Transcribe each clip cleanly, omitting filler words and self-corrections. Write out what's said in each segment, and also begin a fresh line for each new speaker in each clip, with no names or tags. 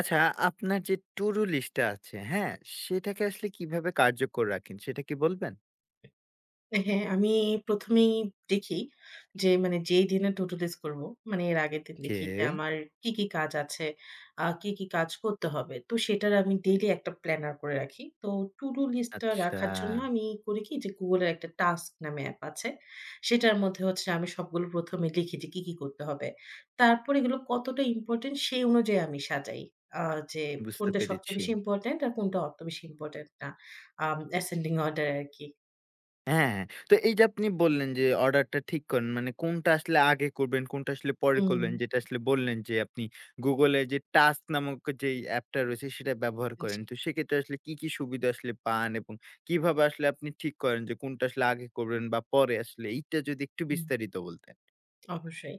আচ্ছা, আপনার যে to do list টা আছে, হ্যাঁ? সেটাকে আসলে কিভাবে কার্যকর রাখেন সেটা কি বলবেন?
হ্যাঁ, আমি ১ম এই দেখি যে মানে যেই দিনে to do list করব, মানে এর আগের দিন
ওকে,
দেখি যে আমার কি, কি কাজ আছে, কি, কি কাজ করতে হবে। তো সেটার আমি ডেইলি একটা প্ল্যানার করে রাখি। তো to do list-টা
আচ্ছা
রাখার জন্য আমি করি কি যে Google-এর একটা টাস্ক নামে অ্যাপ আছে। সেটার মধ্যে হচ্ছে আমি সবগুলো ১ম এ লিখি যে কি, কি করতে হবে। তারপর এগুলো কতটা ইম্পোর্টেন্ট সেই অনুযায়ী আমি সাজাই। আ যে
বুঝতে
কোনটা সবচেয়ে
পেরেছি।
বেশি ইম্পোর্টেন্ট আর কোনটা অত বেশি ইম্পোর্টেন্ট না। Ascending order এ আরকি।
হ্যাঁ, হ্যাঁ। তো এই যে আপনি বললেন যে অর্ডারটা ঠিক করেন মানে কোনটা আসলে আগে করবেন, কোনটা আসলে পরে
হুম।
করবেন যেটা আসলে বললেন যে আপনি Google এ যে টাস্ক নামক যেই অ্যাপটা রয়েছে সেটা ব্যবহার
জি,
করেন। তো সেক্ষেত্রে আসলে কি, কি সুবিধা আসলে পান এবং কিভাবে আসলে আপনি ঠিক করেন যে কোনটা আসলে আগে করবেন বা পরে আসলে এইটা যদি একটু
হুম।
বিস্তারিত বলতেন?
অবশ্যই।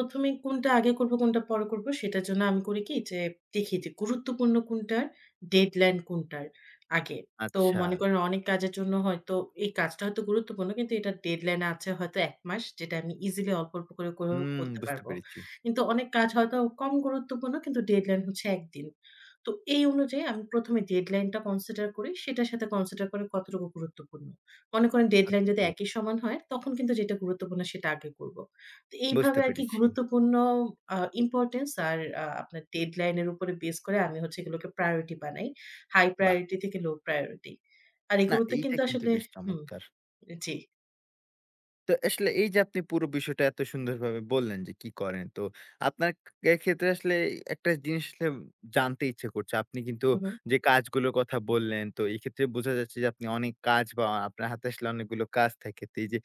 ১ম এ কোনটা আগে করব, কোনটা পরে করব সেটার জন্য আমি করি কি যে দেখি যে গুরুত্বপূর্ণ কোনটার, ডেডলাইন কোনটার আগে। তো
আচ্ছা,
মনে করেন অনেক কাজের জন্য হয়তো এই কাজটা হয়তো গুরুত্বপূর্ণ কিন্তু এটার ডেডলাইন আছে হয়তো ১ মাস যেটা আমি ইজিলি অল্প, অল্প করে করেও
হুম
করতে
বুঝতে
পারব।
পেরেছি।
কিন্তু অনেক কাজ হয়তো কম গুরুত্বপূর্ণ কিন্তু ডেডলাইন হচ্ছে ১ দিন। তো এই অনুযায়ী আমি ১ম এ ডেডলাইনটা কনসিডার করি সেটার সাথে কনসিডার করি কতটুকু গুরুত্বপূর্ণ। মনে করেন ডেডলাইন যদি
ওকে,
একই সমান হয় তখন কিন্তু যেটা গুরুত্বপূর্ণ সেটা আগে করব। তো এইভাবে
বুঝতে
আরকি
পেরেছি।
গুরুত্বপূর্ণ ইম্পোর্টেন্স আর আপনার ডেডলাইন এর উপরে বেস করে আমি হচ্ছে এগুলোকে প্রায়োরিটি বানাই। হাই
বাহ!
প্রায়োরিটি থেকে লো প্রায়োরিটি। আর
না
এগুলোতে
এইটা
কিন্তু
কিন্তু
আসলে
বেশ
হুম,
চমৎকার।
জি।
তো আসলে এই যে আপনি পুরো বিষয়টা এত সুন্দরভাবে বললেন যে কি করেন। তো আপনার কে ক্ষেত্রে আসলে একটা জিনিস আসলে জানতে ইচ্ছে করছে। আপনি কিন্তু
হু, হু।
যে কাজগুলোর কথা বললেন, তো এক্ষেত্রে বোঝা যাচ্ছে যে আপনি অনেক কাজ বা আপনার হাতে আসলে অনেকগুলো কাজ থাকে। তো এই যে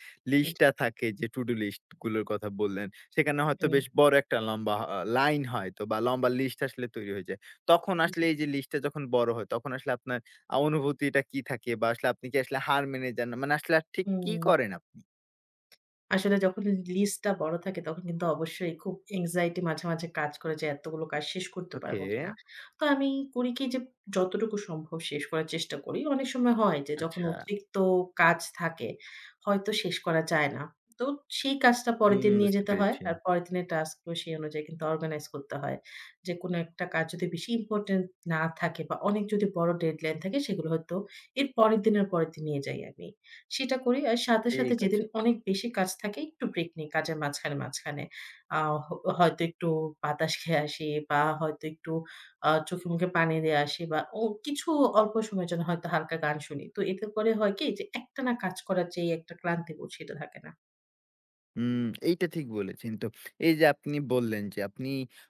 জি,
লিস্টটা থাকে যে টু ডু লিস্ট গুলোর কথা বললেন, সেখানে হয়তো
হুম,
বেশ বড় একটা লম্বা লাইন হয়তো বা লম্বা লিস্ট আসলে তৈরি হয়ে যায়। তখন
জি,
আসলে এই যে লিস্টটা যখন বড় হয়, তখন আসলে আপনার অনুভূতিটা কি থাকে বা আসলে আপনি কি আসলে হার মেনে যান? মানে আসলে আর ঠিক কি
হুম।
করেন আপনি?
আসলে যখন লিস্টটা বড় থাকে তখন কিন্তু অবশ্যই খুব anxiety মাঝে, মাঝে কাজ করে যে এতগুলো কাজ শেষ করতে
ওকে,
পারবো কিনা। তো আমি করি কি যে যতটুকু সম্ভব শেষ করার চেষ্টা করি। অনেক সময় হয় যে যখন
আচ্ছা।
অতিরিক্ত কাজ থাকে হয়তো শেষ করা যায় না। তো সেই কাজটা পরের
হুম,
দিন নিয়ে
বুঝতে
যেতে হয়।
পেরেছি।
আর পরের দিনের টাস্কগুলো সেই অনুযায়ী কিন্তু অর্গানাইজ করতে হয়। যে কোনো একটা কাজ যদি বেশি ইম্পোর্টেন্ট না থাকে বা অনেক যদি বড় ডেডলাইন থাকে সেগুলো হয়তো এর পরের দিনের পরের দিন নিয়ে যাই আমি। সেটা করি। আর সাথে, সাথে
ঠিক
যেদিন
আছে।
অনেক বেশি কাজ থাকে একটু ব্রেক নেই কাজের মাঝখানে, মাঝখানে। আ হ হয়তো একটু বাতাস খেয়ে আসি বা হয়তো একটু চোখে মুখে পানি দিয়ে আসি বা ও কিছু অল্প সময়ের জন্য হয়তো হালকা গান শুনি। তো এতে করে হয় কি যে একটানা কাজ করার যে একটা ক্লান্তিবোধ সেটা থাকে না।
হুম, এইটা ঠিক বলেছেন। তো এই যে আপনি বললেন যে আপনি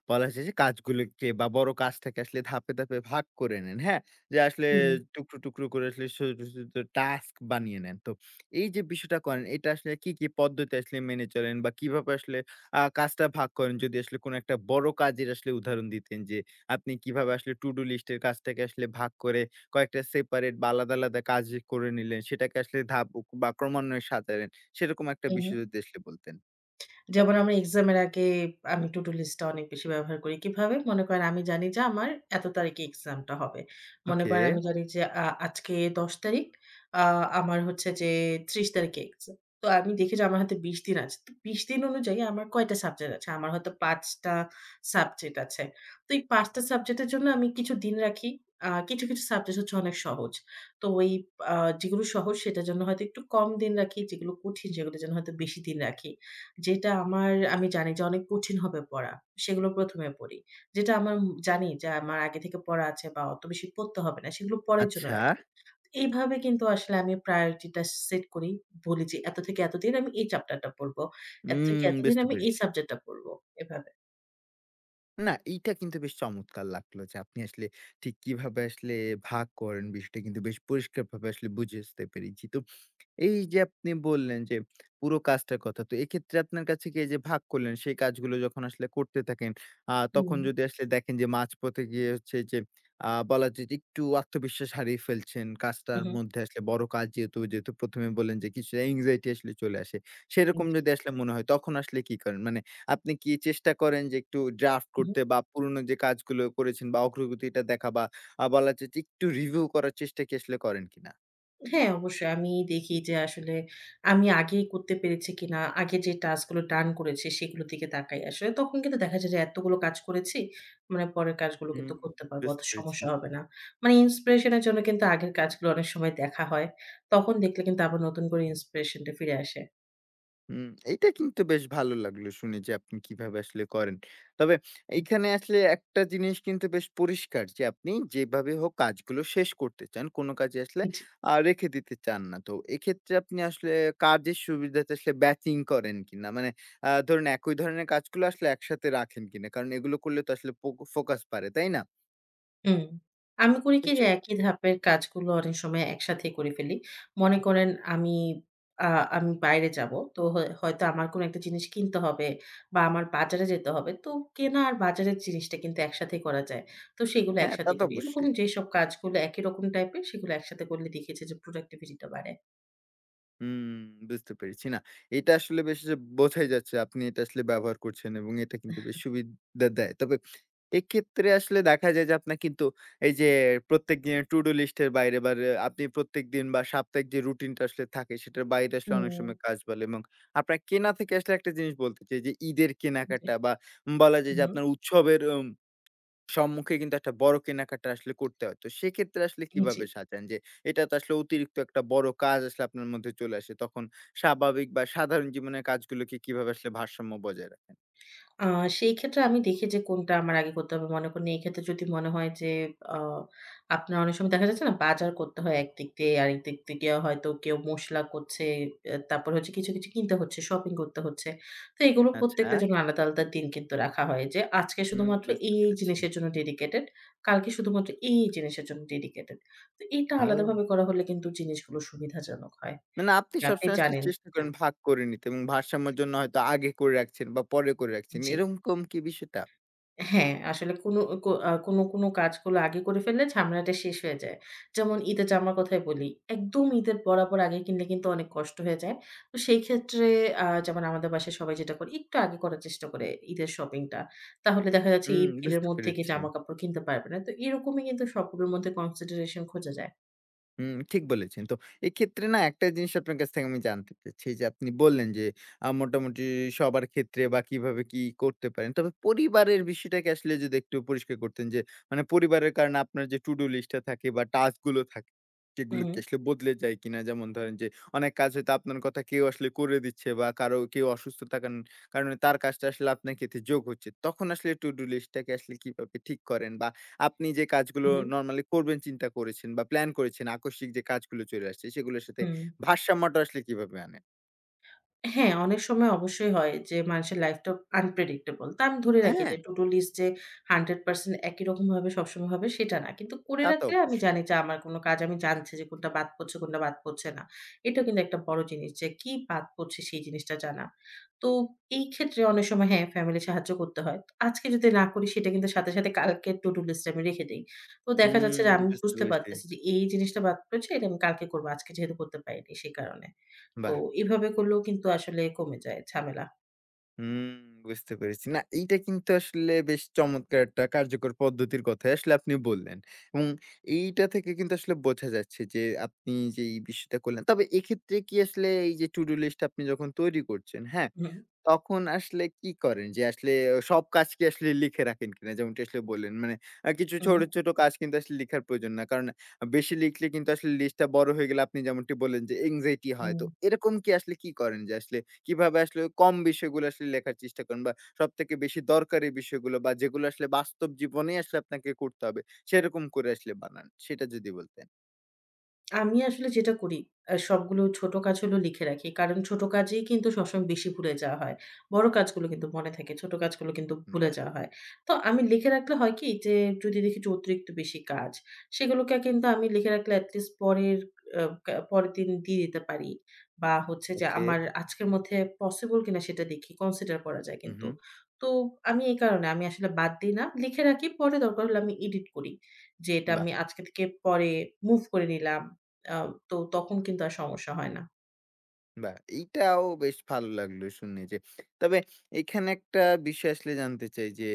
বলা যায় যে কাজগুলোকে বা বড় কাজটাকে আসলে ধাপে, ধাপে ভাগ করে নেন, হ্যাঁ? যে আসলে
হুম,
টুকরো, টুকরো করে আসলে ছোট, ছোট টাস্ক বানিয়ে নেন। তো এই যে বিষয়টা করেন এটা আসলে কি, কি পদ্ধতি আসলে মেনে চলেন বা কিভাবে আসলে কাজটা ভাগ করেন? যদি আসলে কোনো একটা বড় কাজের আসলে উদাহরণ দিতেন যে আপনি কিভাবে আসলে to do list এর কাজটাকে আসলে ভাগ করে কয়েকটা সেপারেট বা আলাদা, আলাদা কাজ করে নিলেন সেটাকে আসলে ধাপ বা ক্রমান্বয়ে সাজালেন। সেরকম একটা
হুম।
বিষয় যদি আসলে বলতেন।
যেমন আমার এক্সাম এর আগে আমি to do list টা অনেক বেশি ব্যবহার করি। কিভাবে? মনে করেন আমি জানি যে আমার এত তারিখে এক্সামটা হবে। মনে
ওকে।
করেন আমি জানি যে আজকে ১০ তারিখ, আ আমার হচ্ছে যে ৩০ তারিখে এক্সাম। তো আমি দেখি যে আমার হাতে ২০ দিন আছে। তো ২০ দিন অনুযায়ী আমার কয়টা সাবজেক্ট আছে? আমার হয়তো ৫ টা সাবজেক্ট আছে। তো এই ৫ টা সাবজেক্টের জন্য আমি কিছু দিন রাখি। কিছু, কিছু সাবজেক্ট হচ্ছে অনেক সহজ। তো ওই আ যেগুলো সহজ সেটার জন্য হয়তো একটু কম দিন রাখি, যেগুলো কঠিন সেগুলোর জন্য হয়তো বেশি দিন রাখি। যেটা আমার আমি জানি যে অনেক কঠিন হবে পড়া। সেগুলো ১ম এ পড়ি। যেটা আমার জানি যে আমার আগে থেকে পড়া আছে বা অত বেশি পড়তে হবে না। সেগুলো পরের জন্য
আচ্ছা।
রাখি। এইভাবে কিন্তু আসলে আমি priority টা সেট করি। বলি যে এত থেকে এতদিন আমি এই চ্যাপ্টারটা পড়ব। এত থেকে
উম
এতদিন
বুঝতে
আমি এই
পেরেছি।
সাবজেক্টটা পড়ব। এভাবে।
না এইটা কিন্তু বেশ চমৎকার লাগলো যে আপনি আসলে ঠিক কিভাবে আসলে ভাগ করেন বিষয়টা কিন্তু বেশ পরিষ্কারভাবে আসলে বুঝে আসতে পেরেছি। তো এই যে আপনি বললেন যে পুরো কাজটার কথা। তো এক্ষেত্রে আপনার কাছে কি এই যে ভাগ করলেন সেই কাজগুলো যখন আসলে করতে থাকেন, তখন
হুম।
যদি আসলে দেখেন যে মাঝপথে গিয়ে হচ্ছে যে বলা যায় যে একটু আত্মবিশ্বাস হারিয়ে ফেলছেন কাজটার
উহু।
মধ্যে আসলে বড় কাজ যেহেতু ১ম এ বললেন যে কিছুটা anxiety আসলে চলে আসে। সেরকম
জি।
যদি আসলে মনে হয় তখন আসলে কি করেন? মানে আপনি কি চেষ্টা করেন যে একটু ড্রাফট
উহু।
করতে বা পুরনো যে কাজগুলো করেছেন বা অগ্রগতিটা দেখা বা বলা যায় যে একটু রিভিউ করার চেষ্টা কি আসলে করেন কিনা?
হ্যাঁ, অবশ্যই। আমি দেখি যে আসলে আমি আগে করতে পেরেছি কিনা, আগে যে টাস্ক গুলো ডান করেছি সেগুলোর দিকে তাকাই আসলে। তখন কিন্তু দেখা যায় যে এতগুলো কাজ করেছি, মানে পরের কাজগুলো
হুম,
কিন্তু করতে পারবো। অত
বুঝতে পেরেছি।
সমস্যা হবে না। মানে ইন্সপিরেশন এর জন্য কিন্তু আগের কাজগুলো অনেক সময় দেখা হয়। তখন দেখলে কিন্তু আবার নতুন করে ইন্সপিরেশন টা ফিরে আসে।
হুম, এইটা কিন্তু বেশ ভালো লাগলো শুনে যে আপনি কিভাবে আসলে করেন। তবে এইখানে আসলে একটা জিনিস কিন্তু বেশ পরিষ্কার যে আপনি যেভাবে হোক কাজগুলো শেষ করতে চান। কোন কাজে আসলে
জি।
রেখে দিতে চান না। তো এক্ষেত্রে আপনি আসলে কাজের সুবিধাতে আসলে ব্যাচিং করেন কিনা? মানে ধরুন একই ধরনের কাজগুলো আসলে একসাথে রাখেন কিনা? কারণ এগুলো করলে তো আসলে পোক ফোকাস বাড়ে, তাই না?
হুম। আমি করি
তো
কি যে
সেই
একই ধাপের কাজগুলো অনেক সময় একসাথে করে ফেলি। মনে করেন আ আমি বাইরে যাবো। তো হয় হয়তো আমার কোনো একটা জিনিস কিনতে হবে বা আমার বাজারে যেতে হবে। তো কেনা আর বাজারের জিনিসটা কিন্তু একসাথেই করা যায়। তো সেগুলো
হ্যাঁ, তা
একসাথে
তো
করি। এরকম
অবশ্যই।
যেসব কাজগুলো একই রকম টাইপের সেগুলো একসাথে করলে দেখেছি যে প্রোডাক্টিভিটি টা বাড়ে।
হুম, বুঝতে পেরেছি। না, এটা আসলে বেশ যে বোঝাই যাচ্ছে আপনি এটা আসলে ব্যবহার করছেন এবং এটা কিন্তু বেশ সুবিধা দেয়। তবে এক্ষেত্রে আসলে দেখা যায় যে আপনার কিন্তু এই যে প্রত্যেকদিনের to do list এর বাইরে বা রে আপনি প্রত্যেকদিন বা সাপ্তাহিক যে রুটিনটা আসলে থাকে সেটার বাইরে আসলে অনেক সময়
হুম।
কাজ বলে এবং আপনার কেনা থেকে আসলে একটা জিনিস বলতে চাই যে ঈদের
জি।
কেনাকাটা বা বলা যায়
হুম,
যে আপনার উৎসবের সম্মুখে কিন্তু একটা বড় কেনাকাটা আসলে করতে হয়। তো সেক্ষেত্রে আসলে
জি।
কিভাবে সাজান? যে এটা তো আসলে অতিরিক্ত একটা বড় কাজ আসলে আপনার মধ্যে চলে আসে। তখন স্বাভাবিক বা সাধারণ জীবনের কাজগুলোকে কিভাবে আসলে ভারসাম্য বজায় রাখেন?
আ সেই ক্ষেত্রে আমি দেখি যে কোনটা আমার আগে করতে হবে। মনে করুন এই ক্ষেত্রে যদি মনে হয় যে আ আপনার অনেক সময় দেখা যাচ্ছে না বাজার করতে হয় একদিক দিয়ে, আরেক দিক থেকে হয়তো কেউ মসলা করছে, তারপর হচ্ছে কিছু, কিছু কিনতে হচ্ছে, শপিং করতে হচ্ছে। তো এগুলো
আচ্ছা।
প্রত্যেকটার জন্য আলাদা, আলাদা দিন কিন্তু রাখা হয় যে আজকে
হুম,
শুধুমাত্র
বুঝতে
এই, এই
পেরেছি।
জিনিসের জন্য ডেডিকেটেড, কালকে শুধুমাত্র এই, এই জিনিসের জন্য ডেডিকেটেড। তো এটা
আও
আলাদাভাবে করা হলে কিন্তু জিনিসগুলো সুবিধাজনক হয়।
মানে আপনি
যে আপনি
সবসময় আসলে
জানেন
চেষ্টা করেন
হ্যাঁ,
ভাগ করে নিতে এবং ভারসাম্যের জন্য হয়তো আগে করে রাখছেন বা পরে করে রাখছেন।
জি।
এরকম কি বিষয়টা?
হ্যাঁ, আসলে কোনো কো আ কোনো, কোনো কাজগুলো আগে করে ফেললে ঝামেলাটা শেষ হয়ে যায়। যেমন ঈদের জামার কথাই বলি। একদম ঈদের বরাবর আগে কিনলে কিন্তু অনেক কষ্ট হয়ে যায়। তো সেই ক্ষেত্রে যেমন আমাদের বাসায় সবাই যেটা করে একটু আগে করার চেষ্টা করে ঈদের শপিংটা। তাহলে দেখা যাচ্ছে এই
হুম,
ভিড়ের
বুঝতে
মধ্যে গিয়ে
পেরেছি।
জামাকাপড় কিনতে পারবে না। তো এরকমই কিন্তু সবগুলোর মধ্যে কনসিডারেশন খোঁজা যায়।
হুম, ঠিক বলেছেন। তো এক্ষেত্রে না একটা জিনিস আপনার কাছ থেকে আমি জানতে চাচ্ছি যে আপনি বললেন যে মোটামুটি সবার ক্ষেত্রে বা কিভাবে কি করতে পারেন। তবে পরিবারের বিষয়টাকে আসলে যদি একটু পরিষ্কার করতেন যে মানে পরিবারের কারণে আপনার যে to do list টা থাকে বা টাস্ক গুলো থাকে
হু,
সেগুলো
হু,
কি আসলে বদলে যায় কিনা? যেমন ধরেন যে অনেক কাজ হয়তো আপনার কথা কেউ আসলে করে দিচ্ছে বা কারো কেউ অসুস্থ থাকার কারণে তার কাজটা আসলে আপনার ক্ষেত্রে যোগ হচ্ছে। তখন আসলে to do list টাকে আসলে কিভাবে ঠিক করেন বা আপনি যে কাজগুলো
হু,
নরমালি করবেন চিন্তা করেছেন বা প্ল্যান করেছেন, আকস্মিক যে কাজগুলো চলে আসছে সেগুলোর সাথে
হু।
ভারসাম্যটা আসলে কিভাবে আনেন?
হ্যাঁ, অনেক সময় অবশ্যই হয় যে মানুষের লাইফটা unpredictable। তা আমি ধরে রাখি
হ্যাঁ,
যে to do list যে ১০০% একই রকম হবে সবসময় হবে সেটা না। কিন্তু করে
তা তো
রাখলে আমি
অবশ্যই।
জানি যে আমার কোন কাজ আমি জানছি যে কোনটা বাদ পড়ছে, কোনটা বাদ পড়ছে না। এটা কিন্তু একটা বড় জিনিস যে কি বাদ পড়ছে সেই জিনিসটা জানা। তো এই ক্ষেত্রে অনেক সময় হ্যাঁ, ফ্যামিলি সাহায্য করতে হয়। আজকে যদি না করি সেটা কিন্তু সাথে, সাথে কালকের to do list এ আমি রেখে দেই। তো দেখা যাচ্ছে
হুম,
যে আমি
বুঝতে
বুঝতে
পেরেছি।
পারতেছি যে এই জিনিসটা বাদ পড়েছে এটা আমি কালকে করব। আজকে যেহেতু করতে পারিনি সে কারণে। তো
বাহ!
এভাবে করলেও কিন্তু আসলে কমে যায় ঝামেলা।
হুম, বুঝতে পেরেছি। না এইটা কিন্তু আসলে বেশ চমৎকার একটা কার্যকর পদ্ধতির কথাই আসলে আপনি বললেন। এবং এইটা থেকে কিন্তু আসলে বোঝা যাচ্ছে যে আপনি যে এই বিষয়টা করলেন। তবে এক্ষেত্রে কি আসলে এই যে to do list আপনি যখন তৈরি করছেন, হ্যাঁ?
হুম,
তখন আসলে কি করেন? যে আসলে সব কাজ কি আসলে লিখে রাখেন কিনা? যেমনটি আসলে বললেন। মানে কিছু
হুম,
ছোট, ছোট কাজ কিন্তু আসলে লিখার প্রয়োজন না। কারণ বেশি লিখলে কিন্তু আসলে লিস্টটা বড় হয়ে গেলে আপনি যেমনটি বললেন যে anxiety হয়।
হুম।
তো এরকম কি আসলে কি করেন? যে আসলে কিভাবে আসলে কম বিষয়গুলো আসলে লেখার চেষ্টা করেন? বা সবথেকে বেশি দরকারি বিষয়গুলো বা যেগুলো আসলে বাস্তব জীবনেই আসলে আপনাকে করতে হবে, সেরকম করে আসলে বানান? সেটা যদি বলতেন?
আমি আসলে যেটা করি, সবগুলো ছোট কাজ হলো লিখে রাখি। কারণ ছোট কাজেই কিন্তু সবসময় বেশি ভুলে যাওয়া হয়। বড় কাজগুলো কিন্তু মনে থাকে। ছোট কাজগুলো কিন্তু ভুলে
বাহ!
যাওয়া হয়। তো আমি লিখে রাখলে হয় কি যে যদি দেখি যে অতিরিক্ত বেশি কাজ, সেগুলোকে কিন্তু আমি লিখে রাখলে at least পরের আ কা পরের দিন দিয়ে দিতে পারি। বা হচ্ছে যে
ওকে।
আমার আজকের মধ্যে পসিবল কিনা সেটা দেখি, কনসিডার করা যায় কিন্তু।
উহু।
তো আমি এই কারণে আমি আসলে বাদ দিই না। লিখে রাখি, পরে দরকার হলে আমি এডিট করি। যে এটা
বাহ!
আমি আজকে থেকে পরে মুভ করে নিলাম আ তো তখন কিন্তু আর সমস্যা হয় না।
বাহ! এইটাও বেশ ভালো লাগলো শুনে যে। তবে এখানে একটা বিষয় আসলে জানতে চাই যে,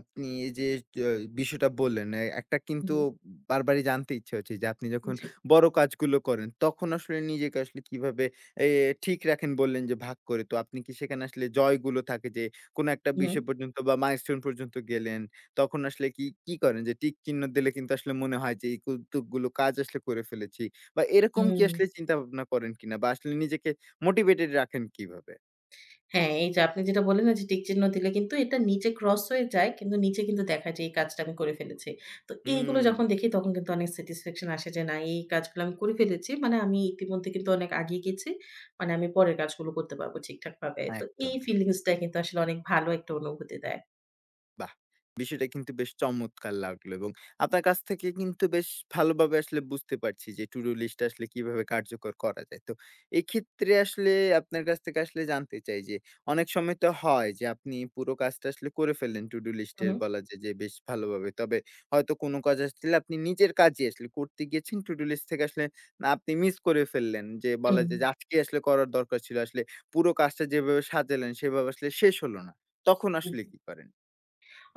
আপনি এই যে য বিষয়টা বললেন, এ একটা কিন্তু
হুম,
বারবারই জানতে ইচ্ছা হচ্ছে যে, আপনি যখন
জি।
বড় কাজগুলো করেন, তখন আসলে নিজেকে আসলে কিভাবে এ ঠিক রাখেন বললেন যে ভাগ করে। তো আপনি কি সেখানে আসলে জয়গুলো থাকে যে, কোনো একটা
হুম,
বিষয় পর্যন্ত বা মাইলস্টোন পর্যন্ত গেলেন, তখন আসলে কি, কি করেন? যে টিক চিহ্ন দিলে কিন্তু আসলে মনে হয় যে এই কৌতুকগুলো কাজ আসলে করে ফেলেছি। বা এরকম কি
হুম।
আসলে চিন্তা ভাবনা করেন কিনা? বা আসলে নিজেকে মোটিভেটেড রাখেন কিভাবে?
হ্যাঁ, এই যে আপনি যেটা বললেন না যে টিক চিহ্ন দিলে কিন্তু এটা নিচে ক্রস হয়ে যায় কিন্তু নিচে কিন্তু দেখায় যে এই কাজটা আমি করে ফেলেছি। তো এইগুলো
হুম।
যখন দেখি তখন কিন্তু অনেক স্যাটিসফ্যাকশন আসে যে না এই কাজগুলো আমি করে ফেলেছি। মানে আমি ইতিমধ্যে কিন্তু অনেক আগিয়ে গেছি। মানে আমি পরের কাজগুলো করতে পারবো ঠিকঠাকভাবে। তো এই
একদম।
ফিলিংসটা কিন্তু আসলে অনেক ভালো একটা অনুভূতি দেয়।
বাহ! বিষয়টা কিন্তু বেশ চমৎকার লাগলো এবং আপনার কাছ থেকে কিন্তু বেশ ভালোভাবে আসলে বুঝতে পারছি যে to do list টা আসলে কিভাবে কার্যকর করা যায়। তো এক্ষেত্রে আসলে আপনার কাছ থেকে আসলে জানতে চাই যে অনেক সময় তো হয় যে আপনি পুরো কাজটা আসলে করে ফেললেন to do list
হুম,
এর বলা যায় যে বেশ ভালোভাবে। তবে হয়তো কোনো কাজ আসলে আপনি নিজের কাজে আসলে করতে গিয়েছেন to do list থেকে আসলে না আপনি মিস করে ফেললেন। যে বলা যায় যে আজকে আসলে করার দরকার ছিল আসলে পুরো কাজটা যেভাবে সাজালেন সেভাবে আসলে শেষ হলো না। তখন আসলে
হুম।
কি করেন?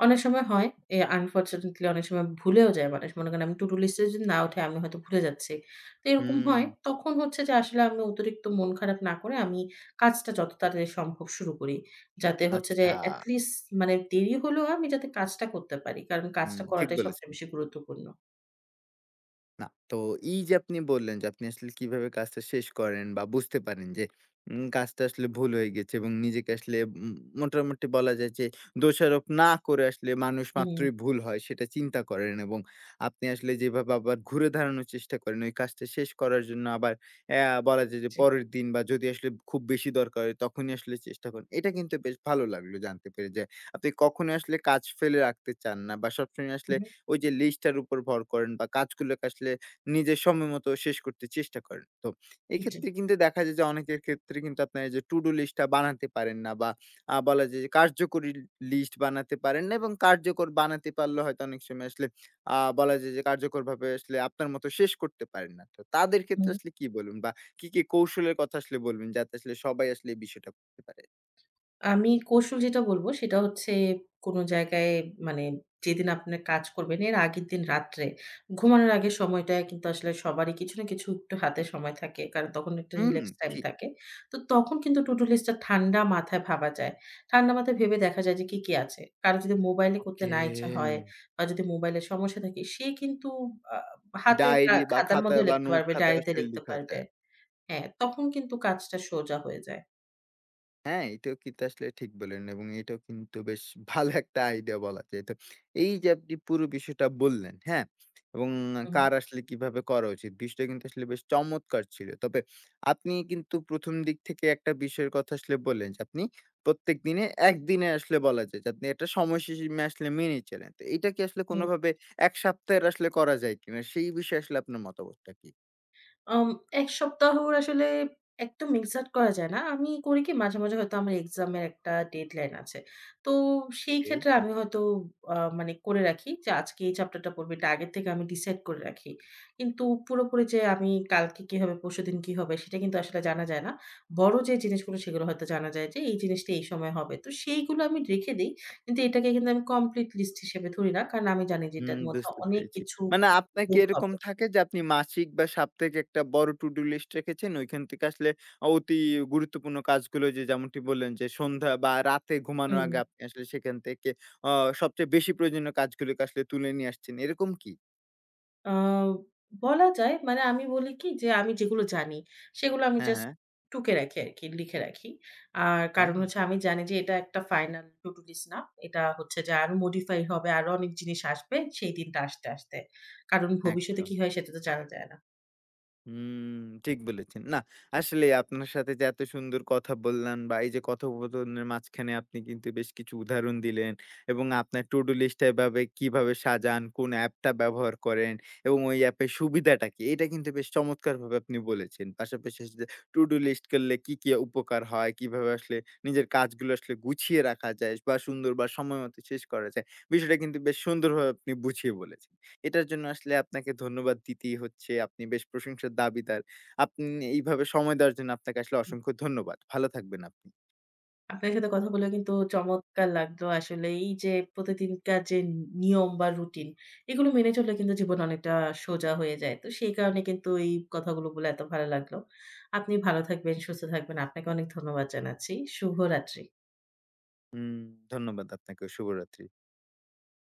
অনেক সময় হয়, আনফরচুনেটলি অনেক সময় ভুলেও যায় মানুষ। মনে করেন আমি টু ডু লিস্টে যদি না ওঠে আমি হয়তো ভুলে যাচ্ছি। তো এরকম
হুম,
হয়। তখন হচ্ছে যে আসলে আমি অতিরিক্ত মন খারাপ না করে আমি কাজটা যত তাড়াতাড়ি সম্ভব শুরু করি। যাতে হচ্ছে যে
আচ্ছা।
এটি লিস্ট মানে দেরি হলেও আমি যাতে কাজটা করতে পারি। কারণ
হুম,
কাজটা
ঠিক
করাটাই সবচেয়ে
বলেছেন।
বেশি গুরুত্বপূর্ণ।
না, তো এই যে আপনি বললেন যে আপনি আসলে কিভাবে কাজটা শেষ করেন বা বুঝতে পারেন যে কাজটা আসলে ভুল হয়ে গেছে এবং নিজেকে আসলে উম মোটামুটি বলা যায় যে দোষারোপ না করে আসলে মানুষ
হুম,
মাত্রই ভুল হয় সেটা চিন্তা করেন এবং আপনি আসলে যেভাবে আবার ঘুরে দাঁড়ানোর চেষ্টা করেন ওই কাজটা শেষ করার জন্য আবার বলা যায় যে
জি।
পরের দিন বা যদি আসলে খুব বেশি দরকার হয় তখনই আসলে চেষ্টা করেন এটা কিন্তু বেশ ভালো লাগলো জানতে পেরে যে আপনি কখনো আসলে কাজ ফেলে রাখতে চান না বা সবসময়
হু,
আসলে
হু,
ওই যে লিস্টটার উপর ভর করেন বা কাজগুলোকে আসলে নিজের সময়মতো শেষ করতে চেষ্টা করেন। তো
জি।
এক্ষেত্রে কিন্তু দেখা যায় যে অনেকের ক্ষেত্রে কিন্তু আপনার এই যে টু ডু লিস্টটা বানাতে পারেন না বা বলা যায় যে কার্যকরী লিস্ট বানাতে পারেন না এবং কার্যকর বানাতে পারলে হয়তো অনেক সময় আসলে বলা যায় যে কার্যকরভাবে আসলে আপনার মতো শেষ করতে পারেন না। তো তাদের
হু।
ক্ষেত্রে আসলে কি বলবেন বা কি, কি কৌশলের কথা আসলে বলবেন যাতে আসলে সবাই আসলে এই বিষয়টা করতে পারে?
আমি কৌশল যেটা বলবো সেটা হচ্ছে কোনো জায়গায় মানে যেদিন আপনি কাজ করবেন এর আগের দিন রাত্রে ঘুমানোর আগের সময়টায় কিন্তু আসলে সবারই কিছু না কিছু একটু হাতে সময় থাকে। কারণ তখন একটা
হুম,
রিল্যাক্স টাইম
ঠিক।
থাকে। তো তখন কিন্তু টু ডু লিস্টটা ঠান্ডা মাথায় ভাবা যায়। ঠান্ডা মাথায় ভেবে দেখা যায় যে কি, কি আছে? কারো যদি মোবাইলে করতে
ওকে।
না ইচ্ছা হয় বা যদি মোবাইলের সমস্যা থাকে সে কিন্তু আ হাতে
ডায়েরি বা
খাতার মধ্যেও
খাতায় বা
লিখতে
নোট
পারবে,
খাতায়
ডায়েরিতে
আসলে
লিখতে
লিখা
পারবে।
যায়।
হ্যাঁ, তখন কিন্তু কাজটা সোজা হয়ে যায়।
হ্যাঁ, এটাও কিন্তু আসলে ঠিক বললেন এবং এটাও কিন্তু বেশ ভালো একটা আইডিয়া বলা যায়। তো এই যে আপনি পুরো বিষয়টা বললেন, হ্যাঁ? এবং
হু, হু।
কার আসলে কিভাবে করা উচিত, বিষয়টা কিন্তু আসলে বেশ চমৎকার ছিল। তবে আপনি কিন্তু ১ম দিক থেকে একটা বিষয়ের কথা আসলে বললেন যে, আপনি প্রত্যেক দিনে একদিনে আসলে বলা যায় যে, আপনি একটা সময়সীমা আসলে মেনে চলেন। তো এটা কি আসলে
হু।
কোনোভাবে ১ সপ্তাহের আসলে করা যায় কিনা? সেই বিষয়ে আসলে আপনার মতামতটা কি?
আম ১ সপ্তাহর আসলে একদম এক্সাক্ট করা যায় না। আমি করি কি মাঝে, মাঝে হয়তো আমার এক্সামের একটা ডেডলাইন আছে। তো সেই ক্ষেত্রে আমি হয়তো মানে করে রাখি যে আজকে এই চ্যাপ্টারটা পড়বো এটা আগের থেকে আমি ডিসাইড করে রাখি। কিন্তু পুরোপুরি যে আমি কালকে কি হবে, পরশুদিন কি হবে সেটা কিন্তু আসলে জানা যায় না। বড় যে জিনিসগুলো সেগুলো হয়তো জানা যায় যে এই জিনিসটা এই সময় হবে। তো সেইগুলো আমি রেখে দেই। কিন্তু এটাকে কিন্তু আমি কমপ্লিট লিস্ট হিসেবে ধরি না। কারণ আমি জানি যে
হুম,
এটার মধ্যে
বুঝতে
অনেক
পেরেছি।
কিছু
মানে আপনার কি
যোগ
এরকম
হবে।
থাকে যে আপনি মাসিক বা সাপ্তাহিক একটা বড় to do list রেখেছেন, ঐখান থেকে আসলে অতি গুরুত্বপূর্ণ কাজগুলো যে যেমনটি বললেন যে সন্ধ্যা বা রাতে ঘুমানোর
হুম।
আগে আপনি আসলে সেখান থেকে অ সবচেয়ে বেশি প্রয়োজনীয় কাজগুলোকে আসলে তুলে নিয়ে আসছেন। এরকম কি?
আ বলা যায় মানে আমি বলি কি যে আমি যেগুলো জানি সেগুলো আমি
হ্যাঁ,
জাস্ট
হ্যাঁ।
টুকে রাখি আরকি, লিখে রাখি। আর কারণ
আম
হচ্ছে আমি জানি যে এটা একটা ফাইনাল to do list না। এটা হচ্ছে যে আরো modify হবে, আরো অনেক জিনিস আসবে সেই দিনটা আসতে, আসতে। কারণ ভবিষ্যতে
একদম।
কি হয় সেটা তো জানা যায় না।
হুম, ঠিক বলেছেন। না, আসলেই আপনার সাথে যে এত সুন্দর কথা বললাম বা এই যে কথোপকথনের মাঝখানে আপনি কিন্তু বেশ কিছু উদাহরণ দিলেন এবং আপনার to do list টা এভাবে কিভাবে সাজান, কোন অ্যাপটা ব্যবহার করেন এবং ওই অ্যাপের সুবিধাটা কি? এটা কিন্তু বেশ চমৎকারভাবে আপনি বলেছেন। পাশাপাশি আসলে to do list করলে কি, কি উপকার হয়? কিভাবে আসলে নিজের কাজগুলো আসলে গুছিয়ে রাখা যায় বা সুন্দর বা সময়মতো শেষ করা যায়? বিষয়টা কিন্তু বেশ সুন্দরভাবে আপনি বুঝিয়ে বলেছেন। এটার জন্য আসলে আপনাকে ধন্যবাদ দিতেই হচ্ছে। আপনি বেশ প্রশংসার দাবিদার। আপনি এইভাবে সময় দেওয়ার জন্য আপনাকে আসলে অসংখ্য ধন্যবাদ। ভালো থাকবেন আপনি।
আপনার সাথে কথা বলে কিন্তু চমৎকার লাগলো। আসলে এই যে প্রতিদিনকার যে নিয়ম বা রুটিন এগুলো মেনে চললে কিন্তু জীবন অনেকটা সোজা হয়ে যায়। তো সেই কারণে কিন্তু এই কথাগুলো বলে এত ভালো লাগলো। আপনি ভালো থাকবেন, সুস্থ থাকবেন। আপনাকে অনেক ধন্যবাদ জানাচ্ছি। শুভরাত্রি।
হুম, ধন্যবাদ আপনাকেও। শুভরাত্রি।